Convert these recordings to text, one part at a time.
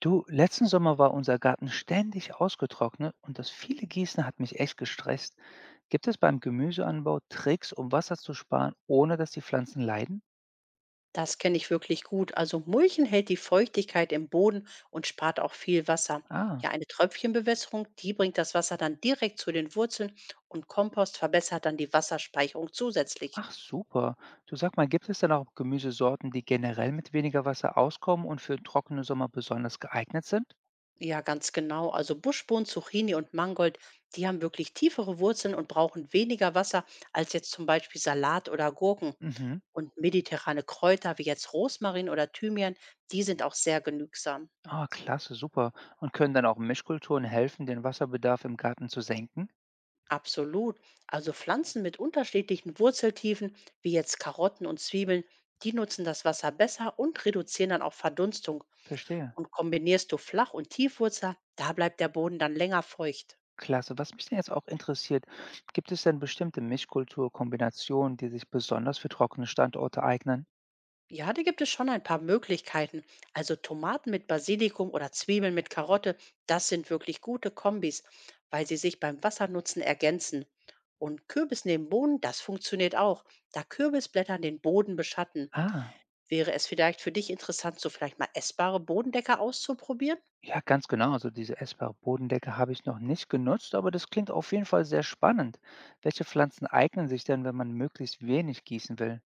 Du, letzten Sommer war unser Garten ständig ausgetrocknet und das viele Gießen hat mich echt gestresst. Gibt es beim Gemüseanbau Tricks, um Wasser zu sparen, ohne dass die Pflanzen leiden? Das kenne ich wirklich gut. Also Mulchen hält die Feuchtigkeit im Boden und spart auch viel Wasser. Ah, Ja, eine Tröpfchenbewässerung, die bringt das Wasser dann direkt zu den Wurzeln und Kompost verbessert dann die Wasserspeicherung zusätzlich. ach super. Du, sag mal, gibt es denn auch Gemüsesorten, die generell mit weniger Wasser auskommen und für trockene Sommer besonders geeignet sind? Ja, ganz genau. Also Buschbohnen, Zucchini und Mangold, die haben wirklich tiefere Wurzeln und brauchen weniger Wasser als jetzt zum Beispiel Salat oder Gurken. Mhm. Und mediterrane Kräuter wie jetzt Rosmarin oder Thymian, die sind auch sehr genügsam. Ah, klasse, super. Und können dann auch Mischkulturen helfen, den Wasserbedarf im Garten zu senken? Absolut. Also Pflanzen mit unterschiedlichen Wurzeltiefen, wie jetzt Karotten und Zwiebeln, die nutzen das Wasser besser und reduzieren dann auch Verdunstung. Verstehe. Und kombinierst du Flach- und Tiefwurzer, da bleibt der Boden dann länger feucht. Klasse. Was mich denn jetzt auch interessiert, gibt es denn bestimmte Mischkulturkombinationen, die sich besonders für trockene Standorte eignen? Ja, da gibt es schon ein paar Möglichkeiten. Also Tomaten mit Basilikum oder Zwiebeln mit Karotte, das sind wirklich gute Kombis, weil sie sich beim Wassernutzen ergänzen. Und Kürbis neben Boden, das funktioniert auch, da Kürbisblätter den Boden beschatten. Ah, Wäre es vielleicht für dich interessant, so vielleicht mal essbare Bodendecker auszuprobieren? ja, ganz genau. Also diese essbare Bodendecke habe ich noch nicht genutzt, aber das klingt auf jeden Fall sehr spannend. Welche Pflanzen eignen sich denn, wenn man möglichst wenig gießen will?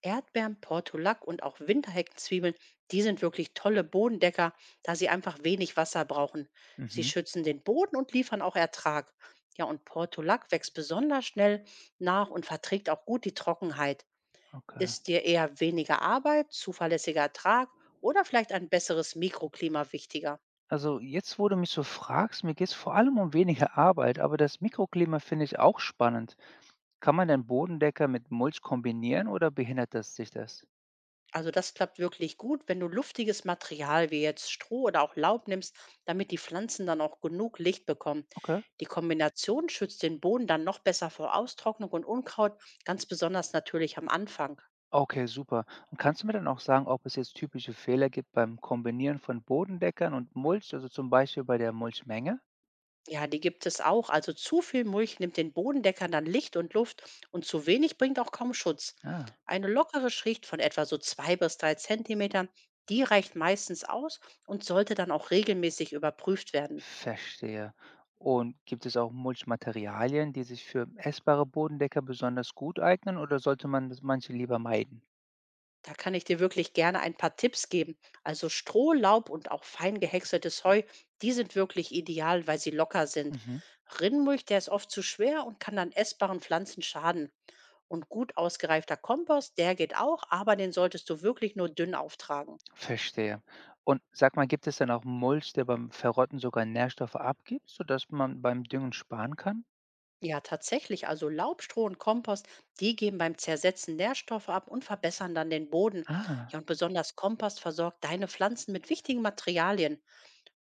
Erdbeeren, Portulak und auch Winterheckenzwiebeln, die sind wirklich tolle Bodendecker, da sie einfach wenig Wasser brauchen. Sie Mhm, schützen den Boden und liefern auch Ertrag. Ja, und Portulak wächst besonders schnell nach und verträgt auch gut die Trockenheit. okay. Ist dir eher weniger Arbeit, zuverlässiger Ertrag oder vielleicht ein besseres Mikroklima wichtiger? Also jetzt, wo du mich so fragst, mir geht es vor allem um weniger Arbeit, aber das Mikroklima finde ich auch spannend. Kann man den Bodendecker mit Mulch kombinieren oder behindert das sich das? Also das klappt wirklich gut, wenn du luftiges Material wie jetzt Stroh oder auch Laub nimmst, damit die Pflanzen dann auch genug Licht bekommen. Okay. Die Kombination schützt den Boden dann noch besser vor Austrocknung und Unkraut, ganz besonders natürlich am Anfang. Okay, super. Und kannst du mir dann auch sagen, ob es jetzt typische Fehler gibt beim Kombinieren von Bodendeckern und Mulch, also zum Beispiel bei der Mulchmenge? Ja, die gibt es auch. Also zu viel Mulch nimmt den Bodendeckern dann Licht und Luft und zu wenig bringt auch kaum Schutz. Ah, Eine lockere Schicht von etwa so 2 bis 3 Zentimetern, die reicht meistens aus und sollte dann auch regelmäßig überprüft werden. verstehe. Und gibt es auch Mulchmaterialien, die sich für essbare Bodendecker besonders gut eignen oder sollte man das manche lieber meiden? Da kann ich dir wirklich gerne ein paar Tipps geben. Also Stroh, Laub und auch fein gehäckseltes Heu, die sind wirklich ideal, weil sie locker sind. Mhm, Rindmulch, der ist oft zu schwer und kann dann essbaren Pflanzen schaden. Und gut ausgereifter Kompost, der geht auch, aber den solltest du wirklich nur dünn auftragen. verstehe. Und sag mal, gibt es dann auch Mulch, der beim Verrotten sogar Nährstoffe abgibt, sodass man beim Düngen sparen kann? Ja, tatsächlich, also Laub, Stroh und Kompost, die geben beim Zersetzen Nährstoffe ab und verbessern dann den Boden. Ja, Ah, und besonders Kompost versorgt deine Pflanzen mit wichtigen Materialien.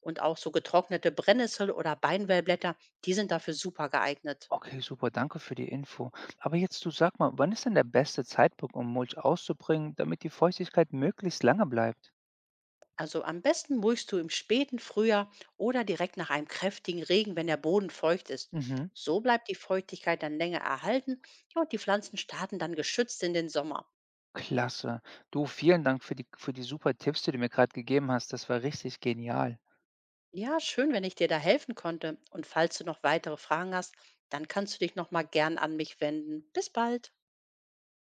Und auch so getrocknete Brennnessel oder Beinwellblätter, die sind dafür super geeignet. okay, super, danke für die Info. Aber jetzt, du sag mal, wann ist denn der beste Zeitpunkt, um Mulch auszubringen, damit die Feuchtigkeit möglichst lange bleibt? Also am besten mulchst du im späten Frühjahr oder direkt nach einem kräftigen Regen, wenn der Boden feucht ist. Mhm. So bleibt die Feuchtigkeit dann länger erhalten, ja, und die Pflanzen starten dann geschützt in den Sommer. Klasse. Du, vielen Dank für die super Tipps, die du mir gerade gegeben hast. Das war richtig genial. Ja, schön, wenn ich dir da helfen konnte. Und falls du noch weitere Fragen hast, dann kannst du dich noch mal gern an mich wenden. Bis bald.